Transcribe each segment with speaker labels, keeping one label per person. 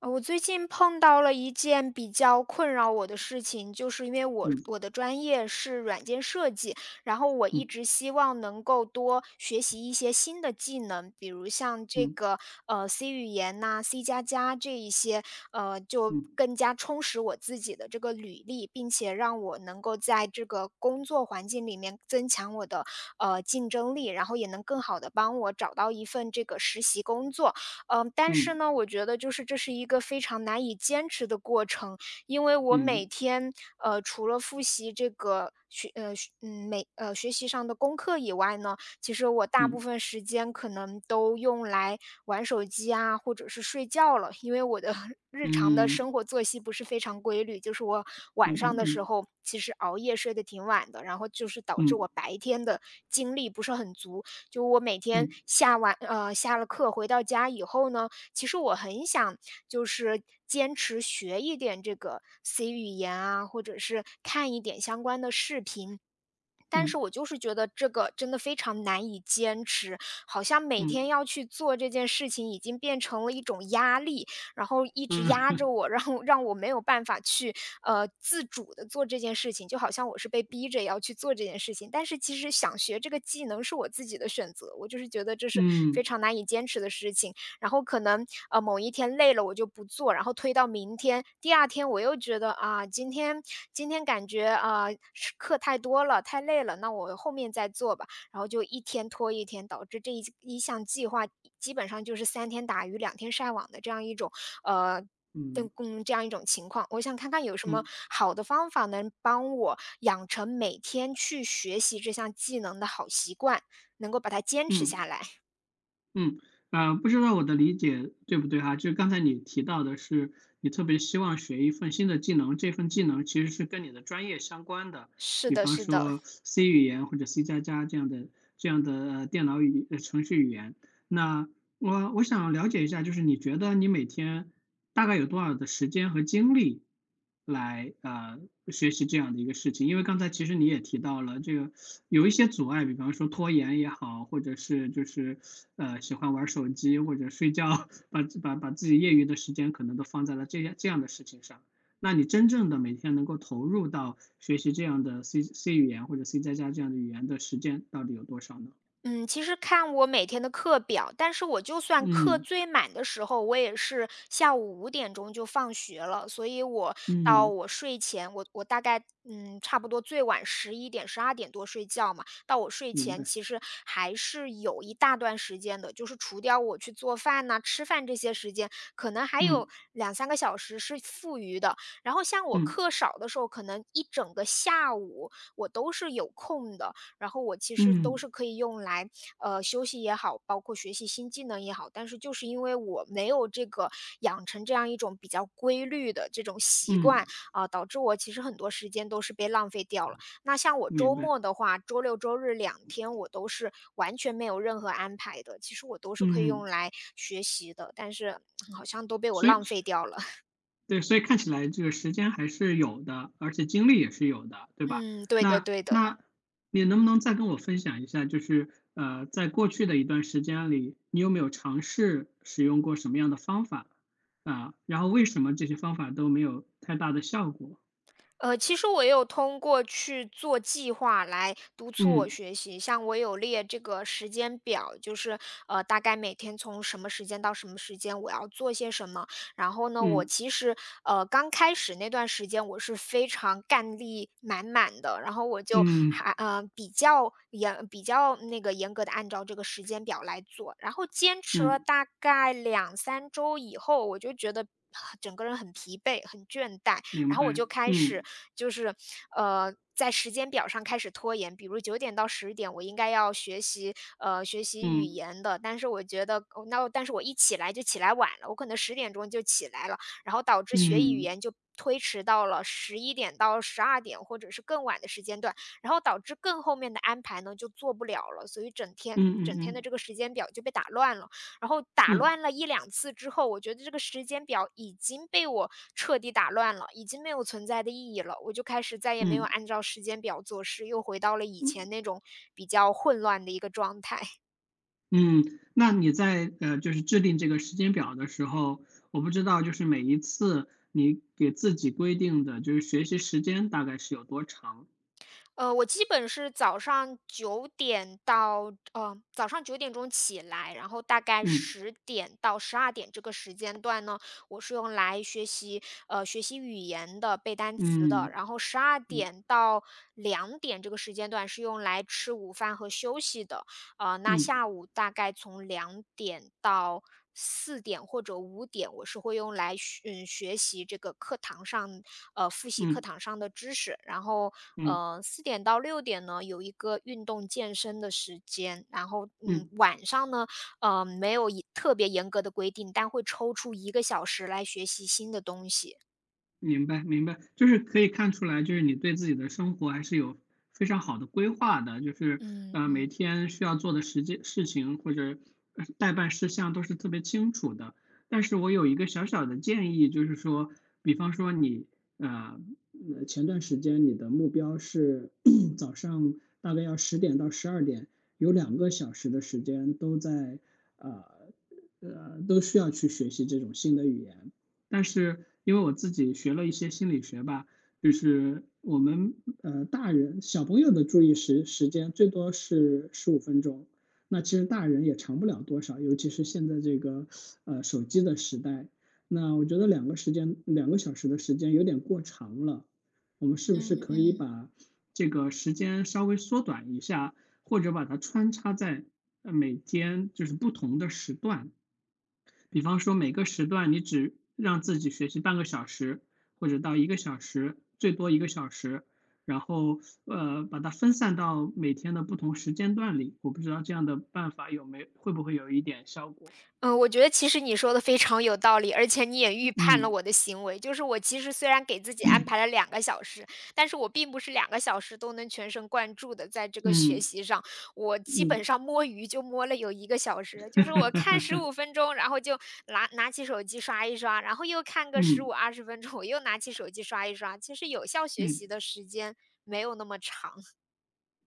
Speaker 1: 我最近碰到了一件比较困扰我的事情，就是因为我
Speaker 2: 嗯
Speaker 1: 我的专业是软件设计，然后我
Speaker 2: 嗯
Speaker 1: 一直希望能够多学习一些新的技能，比如像这
Speaker 2: 嗯
Speaker 1: 个C 语言呐、C 加加这一些，就
Speaker 2: 嗯
Speaker 1: 更加充实我自己的这个履历，并且让我能够在这个工作环境里面增强我的竞争力，然后也能更好的帮我找到一份这个实习工作。但
Speaker 2: 嗯
Speaker 1: 是呢，我觉得就是这是一个非常难以坚持的过程，因为我
Speaker 2: 嗯
Speaker 1: 每天，呃，除了复习这个学呃，学嗯，每呃，学习上的功课以外呢，其实我大部
Speaker 2: 嗯
Speaker 1: 分时间可能都用来玩手机啊，或者是睡觉了。因为我的 日常的
Speaker 2: 嗯
Speaker 1: 生活作息不是非常规律，就是我
Speaker 2: 嗯
Speaker 1: 晚上
Speaker 2: 嗯
Speaker 1: 的时
Speaker 2: 嗯
Speaker 1: 候其实熬夜睡得挺晚的，然后就是导致
Speaker 2: 嗯
Speaker 1: 我白天的精力不是很足。就我每天
Speaker 2: 嗯
Speaker 1: 下了课回到家以后呢，其实我很想就是坚持学一点这个 C 语言啊，或者是看一点相关的视频，
Speaker 2: 嗯
Speaker 1: 但是我
Speaker 2: 嗯
Speaker 1: 就是觉得这个真的非常难以坚持，好像每
Speaker 2: 嗯嗯
Speaker 1: 天要去做这件事情已经变成了一种压力，然后一直压着我，让我没有办法去自主的做这件事情，就好像我是被逼着要去做这件事情。但是其实想学这个技能是我自己的选择，我就是觉得这是非常难以坚持的事情。然后可能某一天累了我就不做，然后推到明天，第二天我又觉得啊今天感觉啊是课太多了太累了，那我后面再做吧，然后就一天拖一天，导致这一项计划基本上就是三天打鱼两天晒网的这样一种呃。
Speaker 2: 嗯
Speaker 1: 这样一种情况，我想看看有什么
Speaker 2: 嗯，
Speaker 1: 好的方法能帮我养成每天去学习这项技能的好习惯，能够把它坚持
Speaker 2: 嗯
Speaker 1: 下来。
Speaker 2: 嗯。不知道我的理解对不对哈？就是刚才你提到的是，你特别希望学一份新的技能，这份技能其实是跟你的专业相关的，
Speaker 1: 是
Speaker 2: 比
Speaker 1: 的，
Speaker 2: 方
Speaker 1: 是的。
Speaker 2: 说 C 语言或者 C 加加这样的电脑程序语言。那我想了解一下，就是你觉得你每天大概有多少的时间和精力来学习这样的一个事情？因为刚才其实你也提到了，这个有一些阻碍，比方说拖延也好，或者是就是喜欢玩手机或者睡觉，把自己业余的时间可能都放在了这样的事情上。那你真正的每天能够投入到学习这样的 C 语言或者 C 加加这样的语言的时间到底有多少呢？
Speaker 1: 嗯，其实看我每天的课表，但是我就算课
Speaker 2: 嗯
Speaker 1: 最满的时候，我也是下午5点钟就放学了，所以我到
Speaker 2: 嗯，
Speaker 1: 我睡前，我大概，差不多最晚11点、12点多睡觉嘛，到我睡
Speaker 2: 明
Speaker 1: 前
Speaker 2: 白。
Speaker 1: 其实还是有一大段时间的，就是除掉我去做饭呐、吃饭这些时间，可能还
Speaker 2: 嗯
Speaker 1: 有2、3个小时是富余的。然后像我
Speaker 2: 嗯
Speaker 1: 课少的时候，可能一整个下午我都是有空的。然后我其实都
Speaker 2: 嗯
Speaker 1: 是可以用来，休息也好，包括学习新技能也好，但是就是因为我没有这个养成这样一种比较规律的这种习惯，
Speaker 2: 嗯，
Speaker 1: 啊，导致我其实很多时间都是被浪费掉了。那像我
Speaker 2: 明
Speaker 1: 周
Speaker 2: 白。
Speaker 1: 末的话，周六周日2天我都是完全没有任何安排的，其实我都是可以用
Speaker 2: 嗯，
Speaker 1: 来学习的，但是好像都被我
Speaker 2: 所以
Speaker 1: 浪费掉了。
Speaker 2: 对，所以看起来这个时间还是有的，而且精力也是有的，对吧？
Speaker 1: 嗯，对的
Speaker 2: 那
Speaker 1: 对的。
Speaker 2: 那你能不能再跟我分享一下，就是在过去的一段时间里，你有没有尝试使用过什么样的方法？啊，然后为什么这些方法都没有太大的效果？
Speaker 1: 其实我也有通过去做计划来督促我
Speaker 2: 嗯
Speaker 1: 学习，像我有列这个时间表，就是大概每天从什么时间到什么时间我要做些什么。然后呢，我
Speaker 2: 嗯
Speaker 1: 其实刚开始那段时间我是非常干力满满的，然后我就
Speaker 2: 嗯
Speaker 1: 还比较严比较那个严格的按照这个时间表来做，然后坚持了
Speaker 2: 嗯，
Speaker 1: 大概2、3周以后，我就觉得，啊，整个人很疲惫，很倦怠，
Speaker 2: 明
Speaker 1: 然后我
Speaker 2: 白，
Speaker 1: 就开始
Speaker 2: 嗯
Speaker 1: 就是，在时间表上开始拖延，比如9点到10点我应该要学习，学习语
Speaker 2: 嗯
Speaker 1: 言的，但是我觉得哦，那但是我一起来就起来晚了，我可能10点钟就起来了，然后导致学语
Speaker 2: 嗯
Speaker 1: 言就推迟到了11点到12点或者是更晚的时间段，然后导致更后面的安排呢，就做不了了，所以整天
Speaker 2: 嗯嗯嗯
Speaker 1: 整天的
Speaker 2: 嗯
Speaker 1: 这个时间表就被打乱了。然后打
Speaker 2: 嗯
Speaker 1: 乱了1、2次之后，我觉得这个时间表已经被我彻底打乱了，已经没有存在的意义了。我就开始再也没有按照时间表做事，又回到了以
Speaker 2: 嗯。
Speaker 1: 前那种比较混乱的一个状态。
Speaker 2: 嗯，那你在就是制定这个时间表的时候，我不知道就是每一次你给自己规定的就是学习时间大概是有多长？
Speaker 1: 我基本是早上9点钟起来，然后大概
Speaker 2: 嗯，
Speaker 1: 10点到12点这个时间段呢，我是用来学习语言的、背单词的。
Speaker 2: 嗯，
Speaker 1: 然后十二
Speaker 2: 嗯，
Speaker 1: 点到两点这个时间段是用来吃午饭和休息的。那
Speaker 2: 嗯，
Speaker 1: 下午大概从2点到4点或者5点，我是会用来学嗯，学习这个课堂上呃，复习
Speaker 2: 嗯，
Speaker 1: 课
Speaker 2: 嗯，
Speaker 1: 堂上的知识。然后，
Speaker 2: 嗯
Speaker 1: 4点到6点呢，有一个运动健身的时间。然后，
Speaker 2: 嗯。
Speaker 1: 晚上呢，没有一特别严格的规定，但会抽出一个小时来学习新的东西。
Speaker 2: 明白，明白，就是可以看出来，就是你对自己的生活还是有非常好的规划的，就是
Speaker 1: 嗯
Speaker 2: 每
Speaker 1: 嗯，
Speaker 2: 天需要做的实际事情或者代办事项都是特别清楚的。但是我有一个小小的建议，就是说，比方说你呃前段时间你的目标是 早上大概要10点到12点，有两个小时的时间都在呃都需要去学习这种新的语言。但是因为我自己学了一些心理学吧，就是我们大人小朋友的注意时间最多是15分钟，那其实大人也长不了多少，尤其是现在这个手机的时代，那我觉得两个小时的时间有点过长了，我们是不是
Speaker 1: 嗯
Speaker 2: 可以
Speaker 1: 嗯。
Speaker 2: 把这个时间稍微缩短一下，或者把它穿插在每天就是不同的时段？比方说每个时段你只让自己学习半个小时，或者到一个小时，最多一个小时，然后把它分散到每天的不同时间段里。我不知道这样的办法有没会不会有一点效果？
Speaker 1: 嗯，我觉得其实你说的非常有道理，而且你也预判了
Speaker 2: 嗯
Speaker 1: 我的行为。就是我其实虽然给自己安排了两个小时，但是我并不是两个小时都能全神贯注的在这个学
Speaker 2: 嗯
Speaker 1: 习上。我基
Speaker 2: 嗯
Speaker 1: 本上摸鱼就摸了有一个小时，就是我看十五 分钟，然后就拿起手机刷一刷，然后又看个十
Speaker 2: 嗯
Speaker 1: 五二十分钟，我又拿起手机刷一刷。其实有效学
Speaker 2: 嗯。
Speaker 1: 习的时间没有那么长，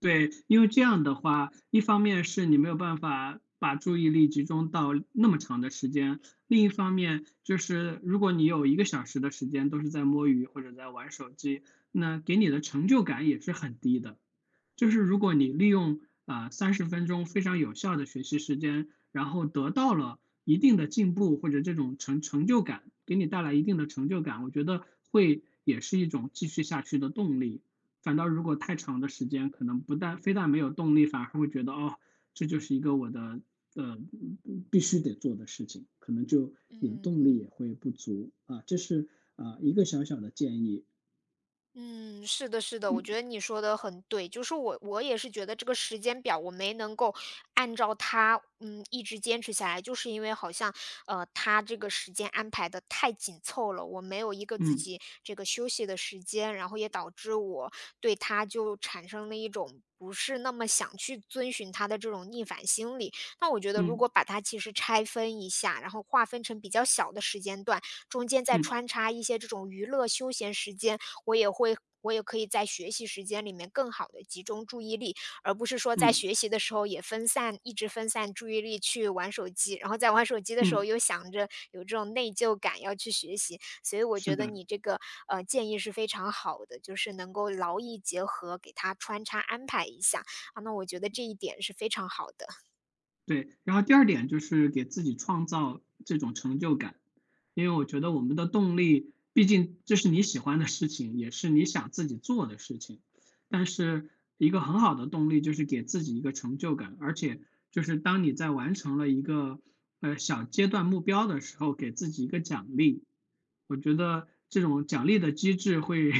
Speaker 2: 对，因为这样的话，一方面是你没有办法把注意力集中到那么长的时间，另一方面就是如果你有一个小时的时间都是在摸鱼或者在玩手机，那给你的成就感也是很低的。就是如果你利用啊30分钟非常有效的学习时间，然后得到了一定的进步或者这种成就感，给你带来一定的成就感，我觉得会也是一种继续下去的动力。反倒如果太长的时间，可能不但非但没有动力，反而会觉得哦，这就是一个我的呃必须得做的事情，可能就你的
Speaker 1: 嗯
Speaker 2: 动力也
Speaker 1: 嗯。
Speaker 2: 会不足啊。这是啊、一个小小的建议。
Speaker 1: 嗯，是的，是的，我觉得你说的很对，就是我也是觉得这个时间表我没能够按照它，嗯，一直坚持下来，就是因为好像他这个时间安排的太紧凑了，我没有一个自
Speaker 2: 嗯
Speaker 1: 己这个休息的时间，然后也导致我对他就产生了一种不是那么想去遵循他的这种逆反心理。那我觉得如
Speaker 2: 嗯
Speaker 1: 果把它其实拆分一下，然后划分成比较小的时间段，中间再
Speaker 2: 嗯
Speaker 1: 穿插一些这种娱乐休闲时间。我也会我也可以在学习时间里面更好的集中注意力，而不是说在
Speaker 2: 嗯
Speaker 1: 学习的时候也一直分散注意力去玩手机，然后在玩手机的时候
Speaker 2: 嗯，
Speaker 1: 又想着有这种内疚感要去学习。所以我
Speaker 2: 是
Speaker 1: 觉得
Speaker 2: 的，
Speaker 1: 你这个，建议是非常好的，就是能够劳逸结合，给它穿插安排一下，啊，那我觉得这一点是非常好的。
Speaker 2: 对。然后第二点就是给自己创造这种成就感，因为我觉得我们的动力，毕竟这是你喜欢的事情，也是你想自己做的事情。但是一个很好的动力就是给自己一个成就感，而且就是当你在完成了一个小阶段目标的时候，给自己一个奖励，我觉得这种奖励的机制会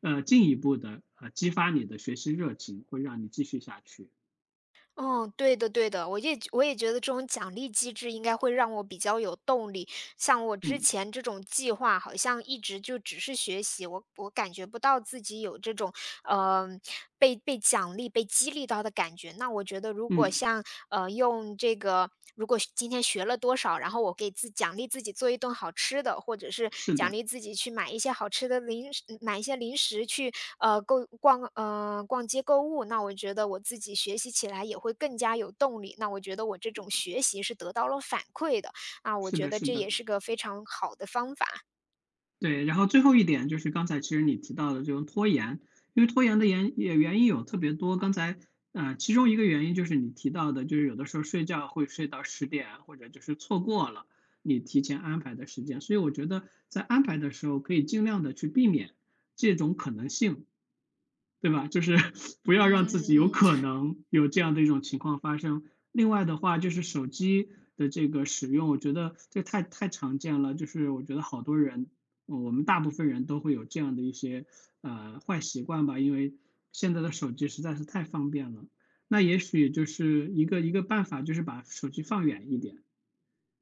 Speaker 2: 进一步的激发你的学习热情，会让你继续下去。
Speaker 1: 嗯，对的对的，我也觉得这种奖励机制应该会让我比较有动力，像我之
Speaker 2: 嗯
Speaker 1: 前这种计划，好像一直就只是学习，我感觉不到自己有这种呃被奖励、被激励到的感觉。那我觉得，如果
Speaker 2: 嗯，
Speaker 1: 像用这个，如果今天学了多少，然后我奖励自己做一顿好吃的，或者是
Speaker 2: 是
Speaker 1: 奖
Speaker 2: 的。
Speaker 1: 励自己去买一些好吃的零食，买一些零食去呃购逛呃逛街购物，那我觉得我自己学习起来也会更加有动力。那我觉得我这种学习是得到了反馈的。啊，我
Speaker 2: 是
Speaker 1: 觉
Speaker 2: 的，
Speaker 1: 得
Speaker 2: 是
Speaker 1: 这
Speaker 2: 的，
Speaker 1: 也是个非常好的方法。
Speaker 2: 对。然后最后一点就是刚才其实你提到的这种拖延，因为拖延的原因有特别多。刚才其中一个原因就是你提到的，就是有的时候睡觉会睡到十点，或者就是错过了你提前安排的时间。所以我觉得在安排的时候，可以尽量的去避免这种可能性。对吧？就是 不要让自己有
Speaker 1: 嗯
Speaker 2: 可能有这样的一种情况发生。另外的话，就是手机的这个使用，我觉得这太常见了。就是我觉得好多人，我们大部分人都会有这样的一些坏习惯吧，因为现在的手机实在是太方便了。那也许就是一个办法，就是把手机放远一点。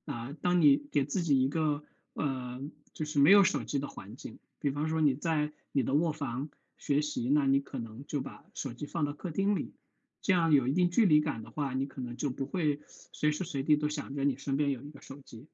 Speaker 2: 啊、当你给自己一个呃，就是没有手机的环境，比方说你在你的卧房学习，那你可能就把手机放到客厅里，这样有一定距离感的话，你可能就不会随时随地都想着你身边有一个手机。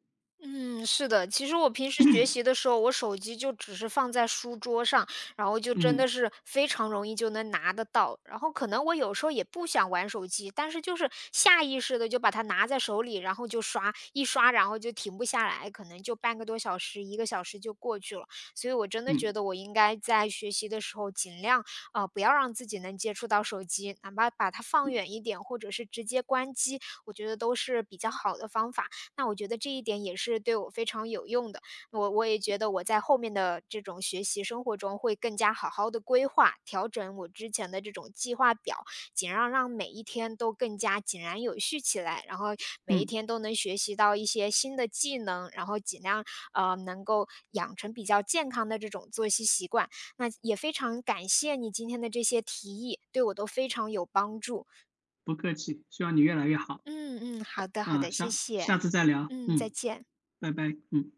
Speaker 1: 嗯，是的。其实我平时学习的时候，我手机就只是放在书桌上，然后就真的
Speaker 2: 嗯
Speaker 1: 是非常容易就能拿得到。然后可能我有时候也不想玩手机，但是就是下意识的就把它拿在手里，然后就刷，一刷然后就停不下来，可能就半个多小时、1个小时就过去了。所以我真的
Speaker 2: 嗯
Speaker 1: 觉得我应该在学习的时候尽量啊，不要让自己能接触到手机，哪怕把它放远一点，或者是直接关机，我觉得都是比较好的方法。那我觉得这一点也是对我非常有用的，我也觉得我在后面的这种学习生活中会更加好好的规划，调整我之前的这种计划表，尽量让每一天都更加井然有序起来，然后每一
Speaker 2: 嗯，
Speaker 1: 天都能学习到一些新的技能，然后尽量，能够养成比较健康的这种作息习惯。那也非常感谢你今天的这些提议，对我都非常有帮助。
Speaker 2: 不客气，希望你越来越好。
Speaker 1: 嗯嗯，好的好
Speaker 2: 啊、
Speaker 1: 的，谢
Speaker 2: 下
Speaker 1: 谢。
Speaker 2: 下次再聊。
Speaker 1: 嗯，再
Speaker 2: 嗯，
Speaker 1: 见。
Speaker 2: 拜拜。嗯。